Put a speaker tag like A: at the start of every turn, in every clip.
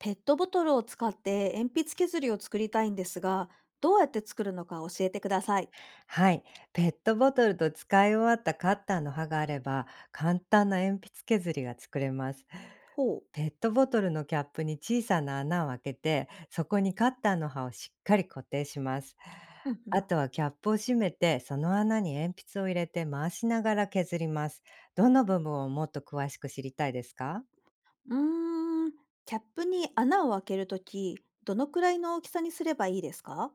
A: ペットボトルを使って鉛筆削りを作りたいんですが、どうやって作るのか教えてください。
B: はい。ペットボトルと使い終わったカッターの刃があれば、簡単な鉛筆削りが作れます。
A: ほう。
B: ペットボトルのキャップに小さな穴を開けて、そこにカッターの刃をしっかり固定します。
A: うんうん。
B: あとはキャップを閉めて、その穴に鉛筆を入れて回しながら削ります。どの部分をもっと詳しく知りたいですか？
A: うーん、キャップに穴を開けるとき、どのくらいの大きさにすればいいですか？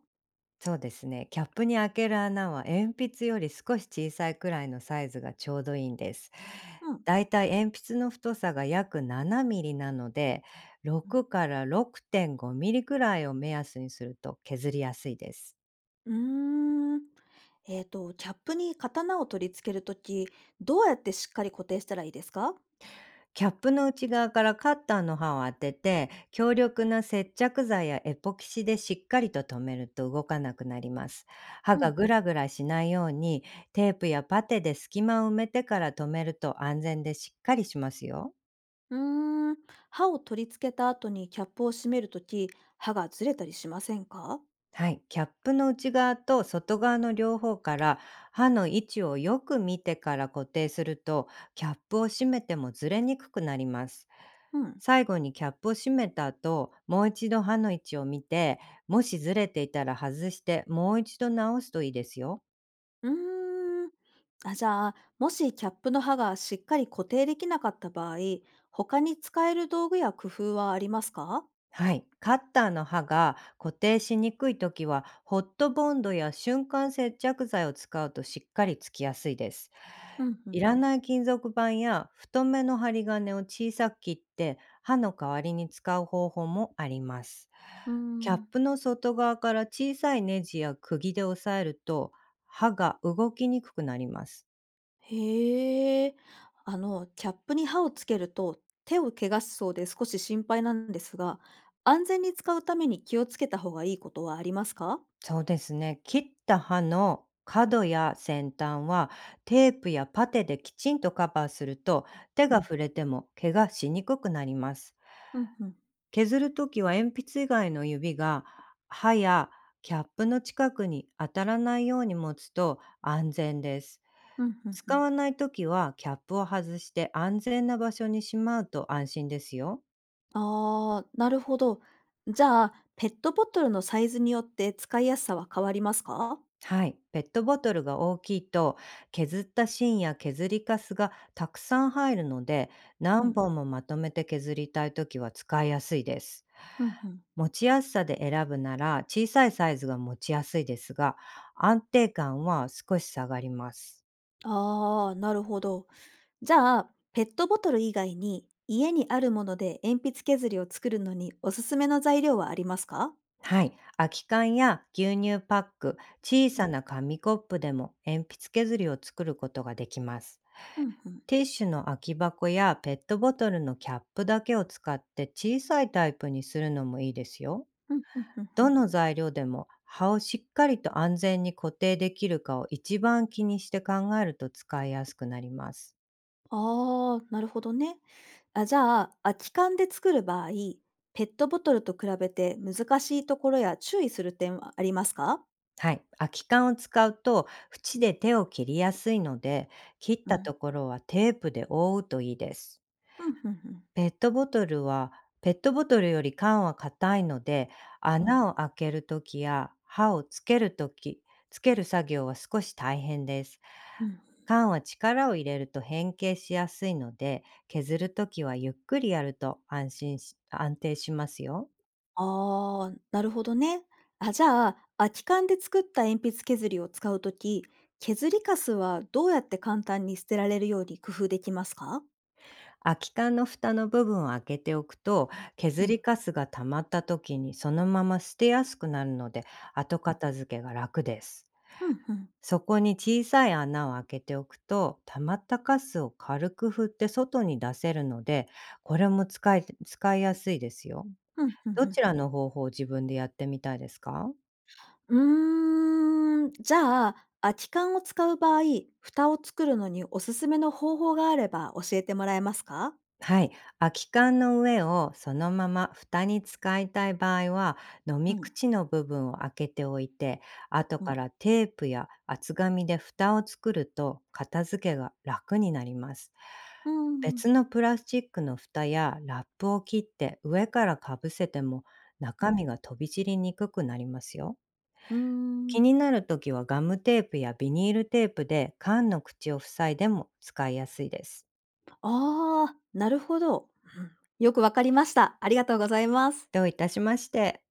B: そうですね。キャップに開ける穴は鉛筆より少し小さいくらいのサイズがちょうどいいんです。
A: うん。
B: だいたい鉛筆の太さが約7ミリなので、
A: うん。
B: 6から6.5ミリくらいを目安にすると削りやすいです。
A: うーん。キャップに刀を取り付けるとき、どうやってしっかり固定したらいいですか？
B: キャップの内側からカッターの刃を当てて、強力な接着剤やエポキシでしっかりと留めると動かなくなります。刃
A: うん
B: がグ
A: う
B: ラグラしないように、テープやパテで隙間を埋めてから留めると安全でしっかりしますよ。
A: ん。うーん。刃を取り付けた後にキャップを閉めるとき、刃がずれたりしませんか？
B: はい。キャップの内側と外側の両方から刃の位置をよく見てから固定すると、キャップを閉めてもずれにくくなります。
A: うん。
B: 最後にキャップを閉めた後、もう一度歯の位置を見て、もしずれていたら外して、もう一度直すといいですよ。
A: うーん。あ、じゃあ、もしキャップの刃がしっかり固定できなかった場合、他に使える道具や工夫はありますか？
B: はい。カッターの刃が固定しにくいときは、ホットボンドや瞬間接着剤を使うとしっかりつきやすいです。
A: うん、うん
B: い
A: う
B: ら
A: ん。
B: ない金属板や太めの針金を小さく切って刃の代わりに使う方法もあります。
A: うー
B: キャッ
A: ん。
B: プの外側から小さいネジや釘で押さえると刃が動きにくくなります。
A: へえ。キャップに刃をつけると、手を怪我しそうで少し心配なんですが、安全に使うために気をつけた方がいいことはありますか？
B: そうですね。切った刃の角や先端はテープやパテできちんとカバーすると手
A: う
B: が
A: ん。
B: 触れても怪我しにくくなります。
A: うん、うん。
B: 削るときは鉛筆以外の指が刃やキャップの近くに当たらないように持つと安全です。
A: うん、うんう
B: 使
A: ん。
B: わないときはキャップを外して安全な場所にしまうと安心ですよ。
A: ああ、なるほど。じゃあ、ペットボトルのサイズによって使いやすさは変わりますか？
B: はい。ペットボトルが大きいと、削った芯や削りカスがたくさん入るので、
A: う
B: 何
A: ん。
B: 本もまとめて削りたいときは使いやすいです。
A: ふんふん。
B: 持ちやすさで選ぶなら、小さいサイズが持ちやすいですが、安定感は少し下がります。
A: ああ、なるほど。じゃあ、ペットボトル以外に、家にあるもので鉛筆削りを作るのにおすすめの材料はありますか？
B: はい。空き缶や牛乳パック、小
A: うん。
B: さな紙コップでも鉛筆削りを作ることができます。
A: ふんふん。
B: ティッシュの空き箱やペットボトルのキャップだけを使って小さいタイプにするのもいいですよ。
A: ふんふんふんふ
B: ど
A: ん。
B: の材料でも葉をしっかりと安全に固定できるかを一番気にして考えると使いやすくなります。
A: ああ、なるほどね。あ、じゃあ、空き缶で作る場合、ペットボトルと比べて難しいところや注意する点はありますか？
B: はい。空き缶を使うと縁で手を切りやすいので、切っ
A: う
B: た
A: ん。
B: ところはテープで覆うといいです。
A: ふんふんふん。
B: ペットボトルはペットボトルより缶は硬いので、
A: うん。
B: 穴を開けるときや刃をつけるとき、つける作業は少し大変です。
A: うん。
B: 缶は力を入れると変形しやすいので、削るときはゆっくりやると安心し安定しますよ。
A: ああ、なるほどね。あ、じゃあ、空き缶で作った鉛筆削りを使うとき、削りカスはどうやって簡単に捨てられるように工夫できますか？
B: 空き缶の蓋の部分を開けておくと、
A: う
B: 削り
A: ん。
B: カスが溜まった時にそのまま捨てやすくなるので、後片付けが楽です。
A: うん、ふん。
B: そこに小さい穴を開けておくと、溜まったカスを軽く振って外に出せるので、これも使いやすいですよ。
A: うんうんう
B: ど
A: ん
B: ちら
A: うん
B: の方法を自分でやってみたいですか？
A: じゃあ、空き缶を使う場合、蓋を作るのにおすすめの方法があれば教えてもらえますか？
B: はい。空き缶の上をそのまま蓋に使いたい場合は、飲
A: う
B: み
A: ん、
B: 口の部分を開けておいて、後
A: う
B: か
A: ん。
B: らテープや厚紙で蓋を作ると片付けが楽になります。
A: うん、
B: 別のプラスチックの蓋やラップを切って上からかぶせても
A: う
B: 中
A: ん。
B: 身が飛び散りにくくなりますよ。
A: う
B: 気
A: ん。
B: になるときはガムテープやビニールテープで缶の口を塞いでも使いやすいです。
A: ああー、なるほど。うん。よくわかりました。ありがとうございます。
B: どういたしまして。